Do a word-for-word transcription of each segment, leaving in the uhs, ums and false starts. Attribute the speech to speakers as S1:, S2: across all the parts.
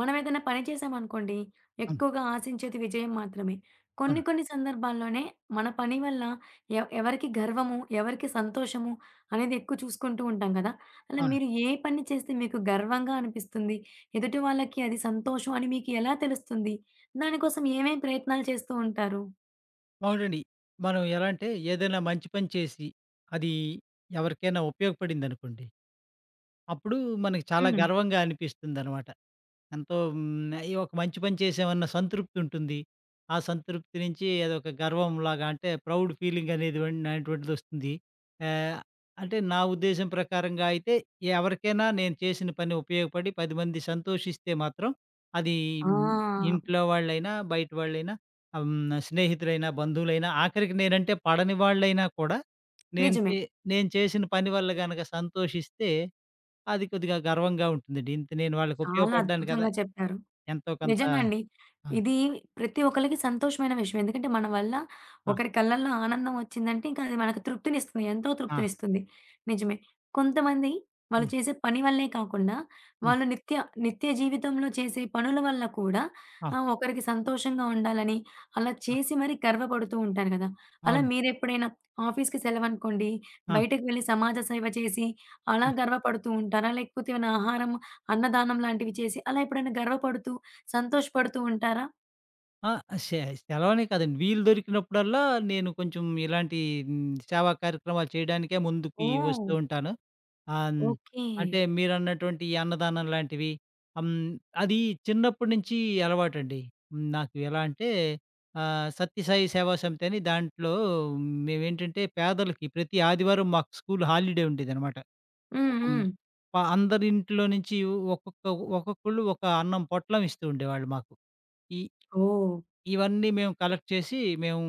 S1: మనం ఏదైనా పని చేసామనుకోండి,
S2: అవును.
S1: ఎక్కువగా ఆశించేది విజయం మాత్రమే. కొన్ని
S2: అవును.
S1: కొన్ని సందర్భాల్లోనే మన పని వల్ల ఎ ఎవరికి గర్వము, ఎవరికి సంతోషము అనేది ఎక్కువ చూసుకుంటూ ఉంటాం కదా! అలా
S2: అవును.
S1: మీరు ఏ పని చేస్తే మీకు గర్వంగా అనిపిస్తుంది? ఎదుటి వాళ్ళకి అది సంతోషం అని మీకు ఎలా తెలుస్తుంది? దానికోసం ఏమేం ప్రయత్నాలు చేస్తూ ఉంటారు?
S2: అవునండి. మనం ఎలా అంటే ఏదైనా మంచి పని చేసి, అది ఎవరికైనా ఉపయోగపడిందనుకోండి, అప్పుడు మనకి చాలా
S1: హ్మ్.
S2: గర్వంగా అనిపిస్తుందనమాట. ఎంతో హ్మ్. ఈ ఒక మంచి పని చేశామన్న సంతృప్తి ఉంటుంది. ఆ సంతృప్తి నుంచి అదొక గర్వంలాగా అంటే ప్రౌడ్ ఫీలింగ్ అనేది వం అనేటువంటిది వస్తుంది. ఆహ్, అంటే నా ఉద్దేశం ప్రకారంగా అయితే ఎవరికైనా నేను చేసిన పని ఉపయోగపడి పది మంది సంతోషిస్తే మాత్రం అది
S1: ఆ!
S2: హ్మ్. ఇంట్లో వాళ్ళైనా, బయట వాళ్ళైనా ఆహ్, హ్మ్. స్నేహితులైనా, బంధువులైనా ఆఖరికి నేనంటే పడని వాళ్ళైనా కూడా నేను
S1: నిజమే.
S2: చే నేను చేసిన పని వల్ల గనక సంతోషిస్తే అది కొద్దిగా గర్వంగా ఉంటుందండి. ఇంత నేను వాళ్ళకి
S1: చాలా
S2: ఉపయోగపడ్డాను కదా!
S1: అద్భుతంగా చెప్పారు.
S2: ఎంతో కొంత.
S1: నిజంగా అండి.
S2: ఆ!
S1: ఇది ప్రతి ఒక్కళ్ళకి సంతోషమైన విషయం. ఎందుకంటే మన వల్ల
S2: ఆ!
S1: ఒకరి కళ్ళల్లో ఆనందం వచ్చిందంటే ఇంకా అది మనకు తృప్తినిస్తుంది. ఎంతో
S2: ఆ!
S1: తృప్తినిస్తుంది. నిజమే. కొంతమంది వాళ్ళు
S2: హ్మ్.
S1: చేసే పని వల్లే కాకుండా
S2: హ్మ్.
S1: వాళ్ళు నిత్య నిత్య జీవితంలో చేసే పనుల వల్ల కూడా
S2: ఆ!
S1: ఆహ్, ఒకరికి సంతోషంగా ఉండాలని అలా
S2: ఆ!
S1: చేసి మరి గర్వపడుతూ ఉంటారు కదా! అలా
S2: అవును.
S1: మీరెప్పుడైనా ఆఫీస్‌కి సెలవనుకోండి
S2: ఆ!
S1: బయటకు వెళ్లి సమాజ సేవ చేసి అలా
S2: ఆ!
S1: గర్వపడుతూ ఉంటారా? లేకపోతే ఏమైనా ఆహారం అన్నదానం లాంటివి చేసి అలా ఎప్పుడైనా గర్వపడుతూ సంతోషపడుతూ ఉంటారా?
S2: ఆ! సె సెలవనే కాదండి. వీలు దొరికినప్పుడల్లా నేను కొంచెం ఇలాంటి హ్మ్, సేవా కార్యక్రమాలు చేయడానికే ముందుకి
S1: ఓహ్!
S2: వస్తూ ఉంటాను. ఆహ్, హ్మ్,
S1: ఓకే.
S2: అంటే మీరన్నటువంటి ఈ అన్నదానం లాంటివి, హ్మ్, అది చిన్నప్పటి నుంచి అలవాటండి. హ్మ్, నాకు ఎలా అంటే ఆహ్, సత్యసాయి సేవా సమితి అని దాంట్లో మేమేంటంటే పేదలకి, ప్రతి ఆదివారం మాకు స్కూల్ హాలిడే ఉండేదనమాట.
S1: హ్మ్.
S2: ఒక హ్మ్.
S1: హ్మ్.
S2: ప అందరింట్లో నుంచి ఒక్కొక్క ఒక్కొక్కళ్ళు ఒక అన్నం పొట్లం ఇస్తూ ఉండేవాళ్ళు మాకు. ఈ
S1: ఓహ్!
S2: ఇవన్నీ మేము కలెక్ట్ చేసి మేము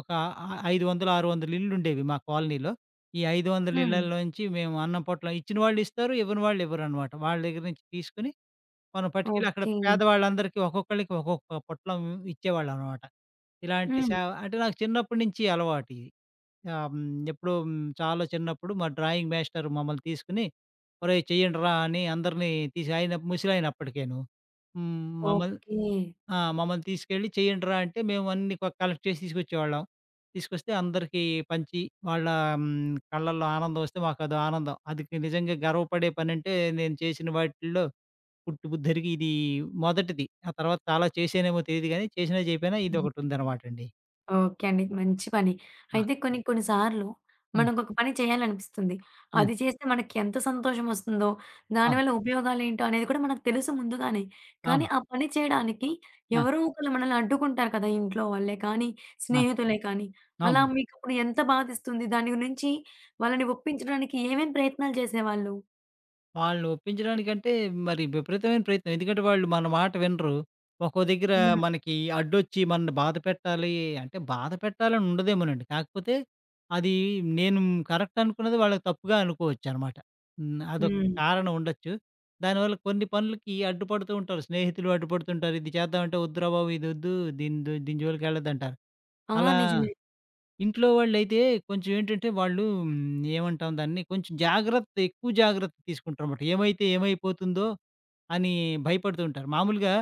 S2: ఒక ఆ ఐదు వందల, ఆరు వందల ఇళ్ళుండేవి మా కాలనీలో. ఈ ఐదు వందల
S1: హ్మ్.
S2: ఇళ్ళలోంచి మేము అన్నం పొట్లం ఇచ్చిన వాళ్ళు ఇస్తారు, ఇవ్వని వాళ్ళు ఇవ్వరనమాట. వాళ్ళ దగ్గర నుంచి తీసుకొని మనం పట్టుకెళ్ళి అక్కడ
S1: ఓకే.
S2: పేదవాళ్ళందరికీ ఒక్కొక్కళ్ళకి ఒక్కొక్క పొట్లం ఇచ్చేవాళ్ళనమాట. ఇలాంటి
S1: హ్మ్.
S2: సేవ అంటే నాకు చిన్నప్పటి నుంచి అలవాటిది. ఆహ్, హ్మ్. ఎప్పుడో హ్మ్. చాలా చిన్నప్పుడు మా డ్రాయింగ్ మాస్టర్ మమ్మల్ని తీసుకొని, "ఒరేయ్ చెయ్యండిరా" అని అందరిని తీసి, ఆయన ముసలాయన అప్పటికేను. హ్మ్. మమ్మల్ని
S1: ఓకే.
S2: ఆ! మమ్మల్ని తీసుకెళ్ళి "చెయ్యండిరా" అంటే మేము అన్నీ కొ కలెక్ట్ చేసి తీసుకొచ్చేవాళ్ళం. తీసుకొస్తే అందరికీ పంచి వాళ్ళ హ్మ్. కళ్ళల్లో ఆనందం వస్తే మాకదో ఆనందం. అది నిజంగా గర్వపడే పనంటే నేను చేసిన వాటిల్లో పుట్టు ఉద్ధరికి ఇది మొదటిది. ఆ తర్వాత చాలా చేశానేమో తెలీదు గానీ, చేసినా చేయపోయినా ఇదొకటుందనమాటండి.
S1: ఓకే అండి. మంచి పని.
S2: ఆ!
S1: అయితే కొన్ని కొన్ని సార్లు
S2: హ్మ్.
S1: మనకొక పని చేయాలనిపిస్తుంది.
S2: ఆ!
S1: అది చేస్తే మనకి ఎంత సంతోషమొస్తుందో,
S2: అవును.
S1: దానివల్ల ఉపయోగాలేంటో అనేది కూడా మనకు తెలుసు ముందుగానే. కానీ
S2: అవును.
S1: ఆ పని చేయడానికి
S2: ఆ!
S1: ఎవరో ఒకళ్ళు మనల్ని అడ్డుకుంటారు కదా! ఇంట్లో వాళ్ళే కానీ,
S2: ఆ!
S1: స్నేహితులే కానీ. అలా
S2: అవును.
S1: మీకప్పుడు ఎంత బాధిస్తుంది? దాని గురించి వాళ్ళని ఒప్పించడానికి ఏమేం ప్రయత్నాలు చేసేవాళ్ళు?
S2: వాళ్ళని ఒప్పించడానికంటే మరి విపరీతమైన ప్రయత్నం. ఎందుకంటే వాళ్ళు మన మాట వినరు. ఒక్కో దగ్గర
S1: హ్మ్.
S2: మనకి అడ్డొచ్చి మనల్ని బాధ పెట్టాలి అంటే, బాధ పెట్టాలని ఉండదేమోనండి. కాకపోతే అది నేను కరెక్ట్ అనుకున్నది వాళ్ళకి తప్పుగా అనుకోవచ్చనమాట. హ్మ్. అదొక
S1: హ్మ్.
S2: కారణం ఉండొచ్చు. దానివల్ల కొన్ని పనులకి అడ్డుపడుతూ ఉంటారు. స్నేహితులు అడ్డుపడుతుంటారు. ఇది చేద్దామంటే వద్దురా బాబు ఇదొద్దు, దీని జో దీని జోలికెళ్ళొద్దంటారు.
S1: ఆ!
S2: అలా
S1: నిజమే.
S2: ఇంట్లో వాళ్ళైతే కొంచెం ఏంటంటే వాళ్ళు, హ్మ్, ఏమంటాం దాన్ని, కొంచెం జాగ్రత్త, ఎక్కువ జాగ్రత్త తీసుకుంటారన్నమాట. ఏమైతే ఏమైపోతుందో అని భయపడుతూ ఉంటారు. మామూలుగా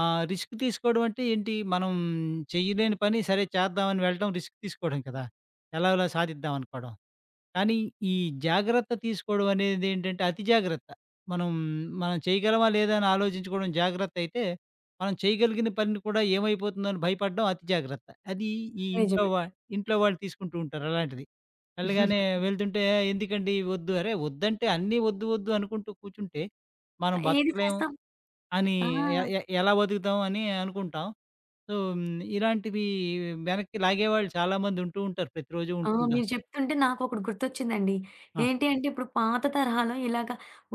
S2: ఆహ్, రిస్క్ తీసుకోవడం అంటే ఏంటి, మనం చేయలేని పని సరే చేద్దామని వెళ్ళడం రిస్క్ తీసుకోవడం కదా! ఎలాగోలా సాధిద్దాం అనుకోవడం. కానీ ఈ జాగ్రత్త తీసుకోవడం అనేదేంటంటే అతి జాగ్రత్త. మనం, మనం చేయగలమా లేదా అని ఆలోచించుకోవడం జాగ్రత్తయితే, మనం చేయగలిగిన పనిని కూడా ఏమైపోతుందో అని భయపడడం అతి జాగ్రత్త. అది ఈ ఇంట్లో
S1: నిజమే.
S2: వా ఇంట్లో వాళ్ళు తీసుకుంటూ ఉంటారు అలాంటిది. వెళ్ళగానే వెళ్తుంటే ఎందుకండి వద్దు, అరే వద్దంటే అన్నీ వద్దు వద్దు అనుకుంటూ కూర్చుంటే మనం
S1: ఏది
S2: బతకలేము
S1: చేస్తాం?
S2: అని,
S1: ఆ!
S2: ఎ ఎ ఎలా బతుకుతాం అని అనుకుంటాం. సో, హ్మ్, ఇలాంటివి వెనక్కి లాగేవాళ్ళు చాలామంది ఉంటూ ఉంటారు. ప్రతిరోజు
S1: ఆ!
S2: ఉంటూ ఉంటారు.
S1: మీరు చెప్తుంటే నాకొకటి గుర్తొచ్చిందండి.
S2: ఆ!
S1: ఏంటి అంటే ఇప్పుడు పాత తరహాలో ఇలాగ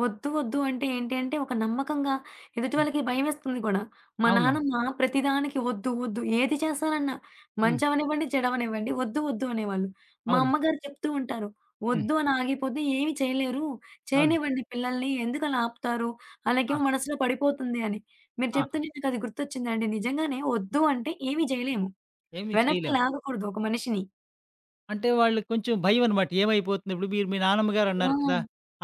S1: వద్దు, వద్దు అంటే ఏంటి అంటే ఒక నమ్మకంగా ఎదుటి
S2: హ్మ్.
S1: వాళ్ళకి భయమేస్తుంది కూడా. మా
S2: అవునవును.
S1: నాన్నమ్మ ప్రతిదానికి వద్దు, వద్దు ఏది చేస్తానన్నా
S2: హ్మ్.
S1: మంచవనివ్వండి, చెడవనివ్వండి వద్దు, వద్దు అనేవాళ్ళు. మా
S2: అవునండి.
S1: అమ్మగారు చెప్తూ ఉంటారు.
S2: హ్మ్.
S1: "వద్దు అని ఆగిపోతే ఏమి చేయలేరు.
S2: అవును.
S1: చేయనివ్వండి పిల్లల్ని ఎందుకలా ఆపుతారు?
S2: ఆ!
S1: ఆళ్ళకేమో మనసులో పడిపోతుంది" అని. మీరు
S2: ఆ!
S1: చెప్తుంటే నాకది గుర్తొచ్చిందండి. నిజంగానే వద్దు అంటే ఏమి జేయలేము.
S2: ఏమి
S1: వెనక్కి
S2: చేయలేం.
S1: లాగకూడదు ఒక మనిషిని.
S2: అంటే వాళ్ళకి కొంచెం భయమనమాట. ఏమైపోతుంది, ఇప్పుడు మీరు మీ నానమ్మ
S1: ఆ!
S2: గారన్నారు కదా!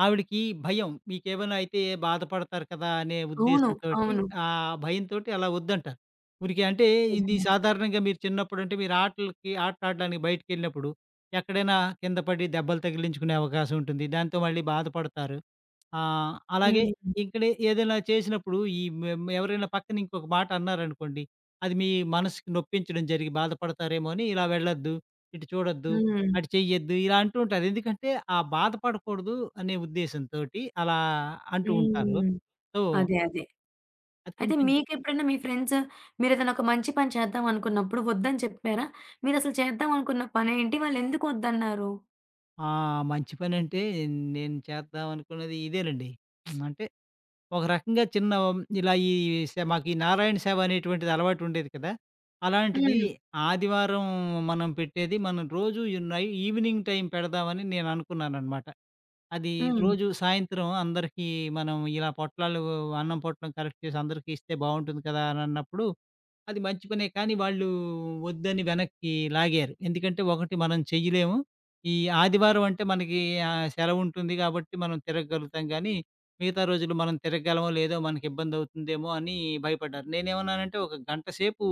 S2: ఆవిడకి భయం. మీకేమైనా అయితే బాధపడతారు కదా! అనే
S1: అవును.
S2: ఉద్దేశంతోటి
S1: అవును.
S2: ఆ భయంతోటి అలా వద్దంటారు. ఊరికే అంటే ఇది
S1: నిజమే.
S2: సాధారణంగా మీరు చిన్నప్పుడంటే మీరు ఆటలకి ఆటలాడడానికి బయటికెళ్ళినప్పుడు ఎక్కడైనా కింద పడి దెబ్బలు తగిలించుకునే అవకాశం ఉంటుంది. దాంతో మళ్ళీ బాధపడతారు. ఆ! అలాగే
S1: హ్మ్.
S2: ఇక్కడ ఏదైనా చేసినప్పుడు ఈ మె మె ఎవరైనా పక్కన ఇంకొక మాట అన్నారనుకోండి, అది మీ మనసుకి నొప్పించడం జరిగి బాధపడతారేమో అని ఇలా వెళ్ళొద్దు, ఇటు చూడొద్దు,
S1: హ్మ్.
S2: అటు చెయ్యొద్దు ఇలా అంటూ ఉంటారు. ఎందుకంటే ఆ బాధపడకూడదు అనే ఉద్దేశంతోటి అలా అంటూ ఉంటారు.
S1: హ్మ్.
S2: సో,
S1: అదే. అదే.
S2: అది
S1: అయితే
S2: కొంచెం.
S1: మీకెప్పుడైనా మీ ఫ్రెండ్స్ మీరేదైనా ఒక మంచి పని చేద్దాం అనుకున్నప్పుడు వద్దని చెప్పారా? మీరసలు చేద్దాం అనుకున్న పనేంటి? వాళ్ళెందుకు వద్దన్నారు?
S2: ఆ! మంచి పనంటే నేను చేద్దాం అనుకున్నది ఇదేనండి. అంటే ఒక రకంగా చిన్న ఇలా ఈ సే మాకు ఈ నారాయణ సేవ అనేటువంటిది అలవాటు ఉండేది కదా! అలాంటిది
S1: హ్మ్.
S2: ఆదివారం మనం పెట్టేది మనం రోజు ఈ నై ఈవినింగ్ టైం పెడదామని నేననుకున్నాననమాట. అది
S1: హ్మ్.
S2: రోజు సాయంత్రం అందరికీ మనం ఇలా పొట్లాలు, అన్నం పొట్లం కలెక్ట్ చేసి అందరికీ ఇస్తే బావుంటుంది కదా! అనన్నప్పుడు అది మంచి పనే. కానీ వాళ్ళు వద్దని వెనక్కి లాగారు. ఎందుకంటే ఒకటి మనం చెయ్యలేము. ఈ ఆదివారం అంటే మనకి ఆహ్, సెలవుంటుంది కాబట్టి మనం తిరగగలుగుతాం గానీ, మిగతా రోజులు మనం తిరగగలమో లేదో మనకిబ్బందవుతుందేమో అని భయపడ్డారు. నేనేమన్నానంటే ఒక గంట సేపు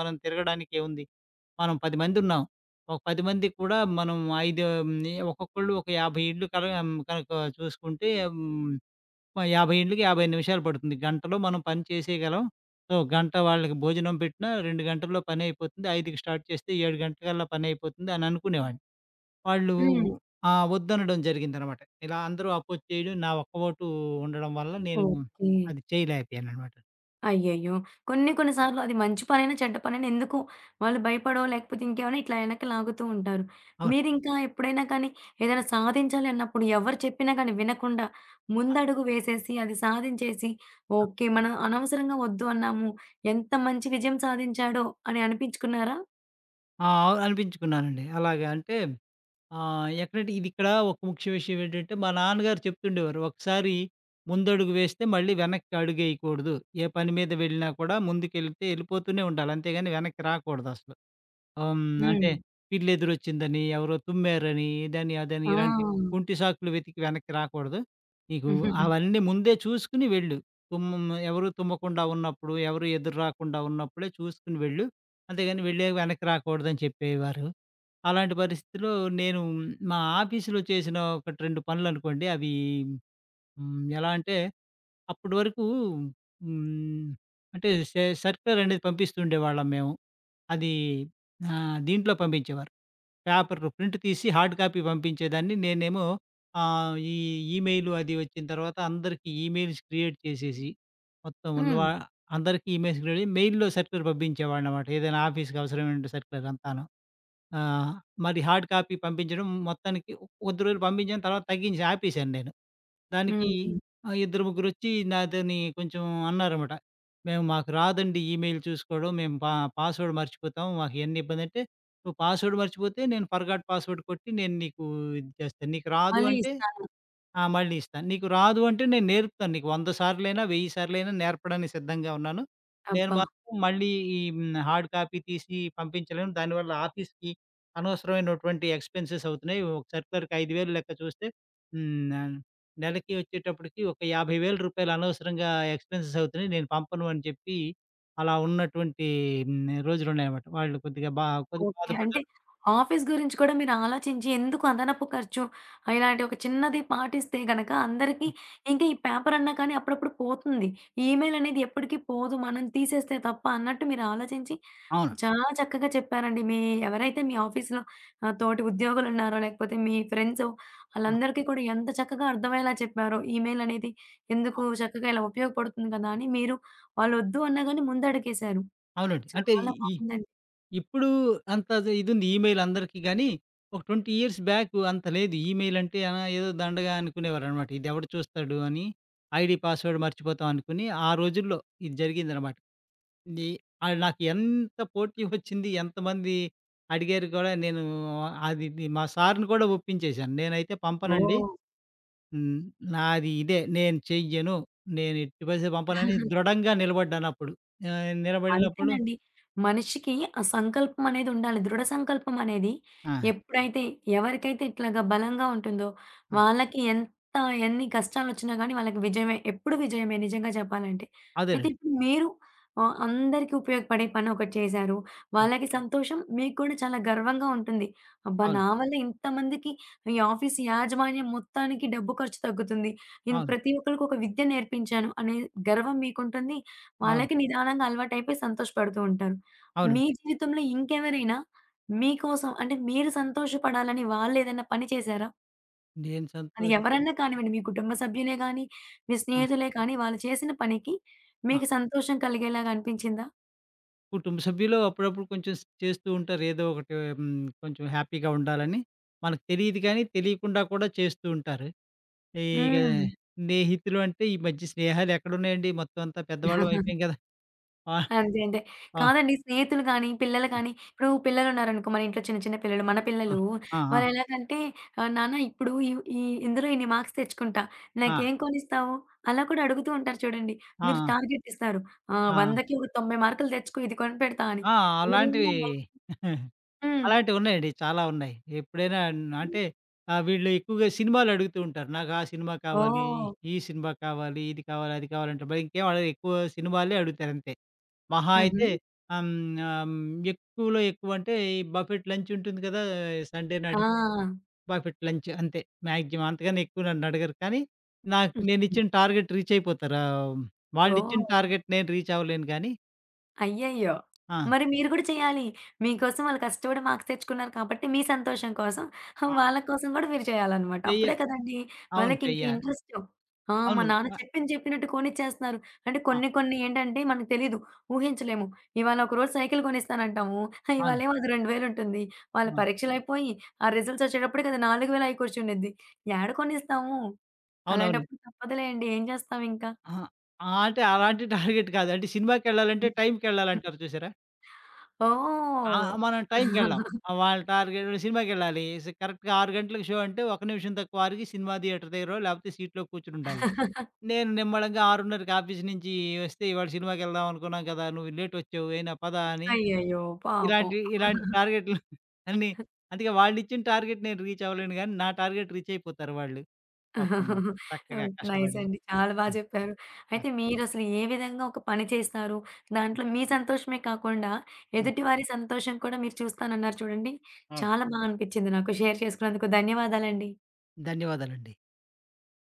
S2: మనం తిరగడానికేముంది, మనం పది మందున్నాం. ఒక పది మందికి కూడా మనం ఐదు హ్మ్, ఒక్కొక్కళ్ళు ఒక యాభై ఇళ్ళు కల కనుక చూసుకుంటే హ్మ్ మ యాభై ఈంట్లకి యాభై నిమిషాలు పడుతుంది. గంటలో మనం పని చేసేయగలం. సో, గంట వాళ్ళకి భోజనం పెట్టినా రెండు గంటల్లో పనయిపోతుంది. 5కి స్టార్ట్ చేస్తే ఏడు గంటలకల్లా పనయిపోతుంది అని అనుకునేవాడిని. వాళ్ళు
S1: హ్మ్.
S2: ఆ! వద్దనడం జరిగిందనమాట. ఇలా అందరూ అపోజ్ చేయడం, నా ఒక్క ఓటు ఉండడం వల్ల నేను
S1: ఓకే.
S2: అది చేయలేకపోయాననమాట.
S1: అయ్యయ్యో! కొన్ని కొన్ని సార్లు అది మంచి పనైనా, చెడ్డ పనైనా ఎందుకు వాళ్ళు భయపడో, లేకపోతే ఇంకేమైనా ఇట్లా వెనక్కి లాగుతూ ఉంటారు.
S2: అవును.
S1: మీరింకా ఎప్పుడైనా కానీ ఏదైనా సాధించాలి అన్నప్పుడు ఎవరు చెప్పినా కానీ వినకుండా
S2: ఆ!
S1: ముందడుగు వేసేసి, అది సాధించేసి, ఓకే. మనం అనవసరంగా వద్దు అన్నాము. ఎంత మంచి విజయం సాధించాడో అని అనిపించుకున్నారా?
S2: ఆ! అనిపించుకున్నానండి. అలాగా అంటే ఆ! ఎక్కడంటే ఇదిక్కడ ఒక ముఖ్య విషయం ఏంటంటే, మా నాన్నగారు చెప్తుండేవారు. ఒకసారి ముందడుగు వేస్తే మళ్ళీ వెనక్కి అడుగేయకూడదు. ఏ పని మీద వెళ్ళినా కూడా ముందుకెళ్తే ఎళ్ళిపోతూనే ఉండాలి. అంతేగాని వెనక్కి రాకూడదసలు. ఆహ్, హ్మ్.
S1: హ్మ్.
S2: అంటే పిల్లెదురొచ్చిందని, ఎవరో తుమ్మారని, ఇదని, అదని ఇలాంటి
S1: ఆ!
S2: కుంటి సాకులు వెతికి వెనక్కి రాకూడదు. నీకు అవన్నీ ముందే చూసుకొని వెళ్ళు. తుమ్మ్ ఎవరు తుమ్మకుండా ఉన్నప్పుడు, ఎవరు ఎదురు రాకుండా ఉన్నప్పుడే చూసుకొని వెళ్ళు. అంతేగాని వెళ్ళాక వెనక్కి రాకూడదని చెప్పేవారు. అలాంటి పరిస్థితిలో నేను మా ఆఫీస్‌లో చేసిన ఒకటి రెండు పనులనుకోండి అవి హ్మ్. ఎలా అంటే అప్పటి వరకు హ్మ్. అంటే సె సర్క్యులర్ అనేది పంపిస్తూ ఉండేవాళ్ళం మేము. అది ఆహ్, దీంట్లో పంపించేవారు. పేపర్ ప్రింట్ తీసి హార్డ్ కాపీ పంపించేదాన్ని. నేనేమో ఆహ్, ఈ ఈమెయిల్ అది వచ్చిన తర్వాత అందరికి ఈమెయిల్స్ క్రియేట్ చేసేసి, మొత్తం
S1: హ్మ్.
S2: ఉన్నవా అందరికీ ఈమెయిల్స్ క్రియేట్ చేసి మెయిల్‌లో సర్క్యులర్ పంపించేవాడినన్నమాట. ఏదైనా ఆఫీస్‌కి అవసరమైన సర్క్యులర్ అంతాను. ఆహ్, మరి హార్డ్ కాపీ పంపించడం మొత్తానికి కొద్ది రోజులు పంపించాను. తర్వాత తగ్గించి ఆపేశాను నేను. దానికి
S1: హ్మ్.
S2: ఆహ్, ఇద్దరు ముగ్గురొచ్చి నాతోని కొంచెం అన్నారన్నమాట. "మేము మాకు రాదండి ఈమెయిల్ చూసుకోవడం. మేము పా పాస్వర్డ్ మర్చిపోతాం. మాకు ఎన్ని ఇబ్బందంటే." "నువ్వు పాస్వర్డ్ మర్చిపోతే నేను ఫర్గాట్ పాస్వర్డ్ కొట్టి నేను నీకు ఇది చేస్తాను. నీకు రాదు
S1: మళ్ళీ
S2: అంటే"
S1: ఇస్తాను.
S2: ఆ! మళ్ళీ ఇస్తాను. నీకు రాదు అంటే నేను నేర్పుతాను. నీకు వంద సార్లైనా, వెయ్యి సార్లైనా నేర్పడానికి సిద్ధంగా ఉన్నాను. నేను
S1: అబ్బా!
S2: మాత్రం మళ్ళీ ఈ హ్మ్, హార్డ్ కాపీ తీసి పంపించలేను. దానివల్ల ఆఫీస్‌కి అనవసరమైనటువంటి ఎక్స్‌పెన్సెస్ అవుతున్నాయి. ఒక సర్కులర్‌కి ఐదు వేల లెక్క చూస్తే, హ్మ్, ఆహ్, నెలకి వచ్చేటప్పటికి ఒక రూ. యాభై వేల అనవసరంగా ఎక్స్‌పెన్సెస్ అవుతున్నాయి. నేను పంపను అని చెప్పి అలా ఉన్నటువంటి హ్మ్, రోజులున్నాయన్నమాట. వాళ్ళు కొద్దిగా బా కొద్దిగా
S1: ఓకే. అంటే
S2: బాధపడ్డారు.
S1: ఆఫీస్ గురించి కూడా మీరు ఆలోచించి ఎందుకు అదనపు ఖర్చు? ఆ, ఇలాంటి ఒక చిన్నది పాటిస్తే గనక అందరికీ ఇంకా ఈ పేపర్ అన్నా కానీ అప్పుడప్పుడు పోతుంది. ఈమెయిల్ అనేది ఎప్పటికి పోదు. మనం తీసేస్తే తప్ప అన్నట్టు మీరు ఆలోచించి
S2: అవును.
S1: చాలా చక్కగా చెప్పారండి. మీ ఎవరైతే మీ ఆఫీస్‌లో ఆహ్, తోటి ఉద్యోగులున్నారో లేకపోతే మీ ఫ్రెండ్సో
S2: ఆ!
S1: ఆళ్ళందరికీ కూడా ఎంత చక్కగా అర్థమయ్యేలా చెప్పారో. ఈమెయిల్ అనేది
S2: ఆ!
S1: ఎందుకు చక్కగా ఇలా ఉపయోగపడుతుంది కదా! అని మీరు వాళ్ళొద్దు అన్నా గాని ముందడుగేశారు.
S2: అవునండి. అంటే
S1: చాలా
S2: ఈ
S1: బావుందండి.
S2: ఇప్పుడు అంత అది ఇదుంది ఈమెయిల్ అందరికీ గానీ, ఒక ఇరవై ఇయర్స్ బ్యాక్ అంత లేదు. ఈమెయిల్ అంటే ఆ! ఏదో దండగా అనుకునేవారనమాట. ఇదెవడు చూస్తాడు అని, ఐడీ, పాస్వర్డ్ మర్చిపోతాం అనుకుని, ఆ రోజుల్లో ఇది జరిగిందనమాట. నీ ఆహ్, నాకు ఎంత పోటీ వచ్చింది, ఎంతమంది అడిగారు కూడా, నేను అది ఇది మా సార్‌ని కూడా ఒప్పించేశాను. నేనైతే పంపనండి.
S1: ఓహ్!
S2: హ్మ్. నాది ఇదే. నేను చెయ్యను. నేను ఎట్టి పరిస్థితిలో పంపనని దృఢంగా నిలబడ్డానప్పుడు. ఆహ్, నిలబడినప్పుడు.
S1: అంతేనండి. మనిషికి ఆ సంకల్పం అనేది ఉండాలి. దృఢ సంకల్పం అనేది
S2: ఆ!
S1: ఎప్పుడైతే ఎవరికైతే ఇట్లాగా బలంగా ఉంటుందో,
S2: ఆ!
S1: వాళ్ళకి ఎంత ఎన్ని కష్టాలొచ్చినా గానీ వాళ్ళకి విజయమే. ఎప్పుడు విజయమే నిజంగా చెప్పాలంటే. అయితే
S2: అదేనండి.
S1: ఇప్పుడు మీరు ఆహ్, అందరికి ఉపయోగపడే పని ఒకటి చేశారు.
S2: ఆ!
S1: వాళ్ళకి సంతోషం, మీకు కూడా చాలా గర్వంగా ఉంటుంది. అబ్బా!
S2: అవును.
S1: నా వల్ల ఇంతమందికి ఈ ఆఫీస్ యాజమాన్యం మొత్తానికి డబ్బు ఖర్చు తగ్గుతుంది. నేను
S2: అవును.
S1: ప్రతి ఒక్కళ్ళకి ఒక విద్య నేర్పించాను అనే గర్వం మీకుంటుంది.
S2: అవును.
S1: వాళ్ళకి నిదానంగా అలవాటైపోయి సంతోషపడుతూ ఉంటారు. మీ
S2: అవునండి.
S1: జీవితంలో ఇంకెవరైనా మీకోసం అంటే మీరు సంతోషపడాలని వాళ్ళేదైనా పని చేశారా?
S2: నేను
S1: అది
S2: సంతోషం.
S1: ఎవరన్నా కానివ్వండి, మీ కుటుంబ సభ్యులే గానీ, మీ
S2: ఆ!
S1: స్నేహితులే కానీ, వాళ్ళు చేసిన పనికి
S2: ఆ!
S1: మీకు సంతోషం కలిగేలాగా అనిపించిందా?
S2: కుటుంబ సభ్యులు అప్పుడప్పుడు కొంచెం స్ చేస్తూ ఉంటారు. ఏదో ఒకటి హ్మ్. కొంచెం హ్యాపీగా ఉండాలని. మనకు తెలీదు గానీ, తెలియకుండా కూడా చేస్తూ ఉంటారు. ఇగ
S1: హ్మ్.
S2: స్నేహితులు అంటే ఈ మధ్య స్నేహాలు ఎక్కడున్నాయండి? మొత్తం అంతా పెద్దవాళ్ళం అయిపోయాం కదా! ఆ!
S1: అంతే. అంతే.
S2: ఆ!
S1: కాదండి స్నేహితులు కానీ, పిల్లలు కానీ ఇప్పుడు పిల్లలున్నారనుకో మన ఇంట్లో చిన్న, చిన్న పిల్లలు. మన
S2: ఆ!
S1: పిల్లలు
S2: ఆ! ఆ!
S1: వాళ్ళు ఎలాగంటే ఆహ్, నాన్న ఇప్పుడు ఈ ఈ ఇందులో ఇన్ని మార్క్స్ తెచ్చుకుంటా.
S2: ఆ!
S1: నాకేం కొనిస్తావు? అలా కూడా అడుగుతూ ఉంటారు చూడండి.
S2: ఆ!
S1: మీరు టార్గెట్ ఇస్తారు. ఆహ్,
S2: ఆ!
S1: వందకి ఒక తొంభై మార్కులు తెచ్చుకో ఇది కొనిపెడతా అని.
S2: ఆ!
S1: మీరేమో
S2: అలాంటివి
S1: హ్మ్.
S2: అలాంటివున్నాయండి. చాలా ఉన్నాయి. ఎప్పుడైనా న- అంటే ఆహ్, వీళ్ళు ఎక్కువగా సినిమాలు అడుగుతూ ఉంటారు. నాకు ఆ సినిమా కావాలి,
S1: ఓహ్!
S2: ఈ సినిమా కావాలి, ఇది కావాలి, అది కావాలంటే మరి ఇంకేం అడగరు. ఎక్కువ సినిమాలే అడుగుతారు అంతే. మహా
S1: హుహు.
S2: అయితే ఆహ్, హ్మ్, ఆహ్, హ్మ్, ఎక్కువలో ఎక్కువ అంటే ఈ బఫెట్ లంచ్ ఉంటుంది కదా! సండే
S1: ఆ!
S2: నాడు బఫెట్ లంచ్ అంతే. మాక్సిమం అంతకన్నా ఎక్కువ నన్ను అడగరు. కానీ నాకు
S1: హుహు.
S2: నేనిచ్చిన టార్గెట్ రీచ్ అయిపోతారు. ఆహ్, వాళ్ళిచ్చిన
S1: ఓహ్!
S2: టార్గెట్ నేను రీచ్ అవ్వలేను గానీ.
S1: అయ్యయ్యో!
S2: ఆ!
S1: మరి మీరు గూడా చేయాలి. మీకోసం వాళ్ళు కష్టపడి మార్క్స్ తెచ్చుకున్నారు కాబట్టి మీ సంతోషం కోసం
S2: ఆ!
S1: వాళ్ళ కోసం గూడా మీరు చేయాలన్నమాట.
S2: చెయ్య
S1: అప్పుడే కదండీ!
S2: అవును.
S1: వాళ్ళకి ఇంకా
S2: చెయ్యాలి.
S1: ఇంట్రెస్ట్. ఆ! మా
S2: అవును.
S1: నాన్న
S2: ఆహ్,
S1: చెప్పింది చెప్పినట్టు కొనిచ్చేస్తున్నారు. అంటే
S2: ఆ!
S1: కొన్ని కొన్ని ఏంటంటే మనకు తెలీదు. ఊహించలేము. ఇవాళ ఒకరోజు సైకిల్ కొనిస్తానంటాము.
S2: అవును.
S1: ఇవాళేమో అది రెండు వేలు ఉంటుంది. వాళ్ళ
S2: ఆ!
S1: పరీక్షలయిపోయి ఆ రిజల్ట్స్ వచ్చేటప్పటికి అది నాలుగు వేల అయి కూర్చుండిద్ది. ఏడ కొనిస్తాము?
S2: అవునవును.
S1: అలాంటప్పుడు తప్పదులేండి. ఏం చేస్తాం ఇంకా?
S2: అహా! ఆ! అంటే అలాంటి టార్గెట్ కాదు. అంటే సినిమాకెళ్ళాలంటే టైమ్‌కెళ్ళాలంటారు చూసారా? ఆ!
S1: ఓహ్!
S2: మనం టైమ్‌కెళ్ళాం. ఆహ్, వాళ్ళ టార్గెట్ సినిమాకెళ్ళాలి. స్ కరెక్ట్‌గా ఆరు గంటలకు షో అంటే ఒక నిమిషం తక్కువ ఆరిగి సినిమా థియేటర్ దగ్గరో లేకపోతే సీట్‌లో కూర్చొనుండాలి. నేను నిమ్మళంగా 6:30కి ఆఫీస్ నుంచి వస్తే, ఇవాళ సినిమాకెళ్దాం అనుకున్నాం కదా, నువ్వు లేటొచ్చావు అయినా పద అని
S1: అయ్యయ్యో! పాపం.
S2: ఇలాంటి
S1: ఓకే.
S2: ఇలాంటి టార్గెట్‌లు అన్నీ. అందుకే వాళ్ళిచ్చిన టార్గెట్ నేను రీచ్ అవ్వలేను గానీ నా టార్గెట్ రీచ్ అయిపోతారు వాళ్ళు. పాపం చక్కగా
S1: నైస్
S2: కష్టపడి.
S1: అండి. చాలా బా
S2: ఆ!
S1: చెప్పారు.
S2: ఆ!
S1: అయితే మీరసలు ఏ విధంగా ఒక పని చేస్తారు?
S2: హ్మ్.
S1: దాంట్లో మీ సంతోషమే కాకుండా,
S2: హ్మ్.
S1: ఎదుటివారి సంతోషం కూడా మీరు చూస్తానన్నారు చూడండి.
S2: అవును.
S1: చాలా బా అనిపిచ్చింది నాకు. షేర్ చేసుకున్నందుకు ధన్యవాదాలండి.
S2: ధన్యవాదాలండి.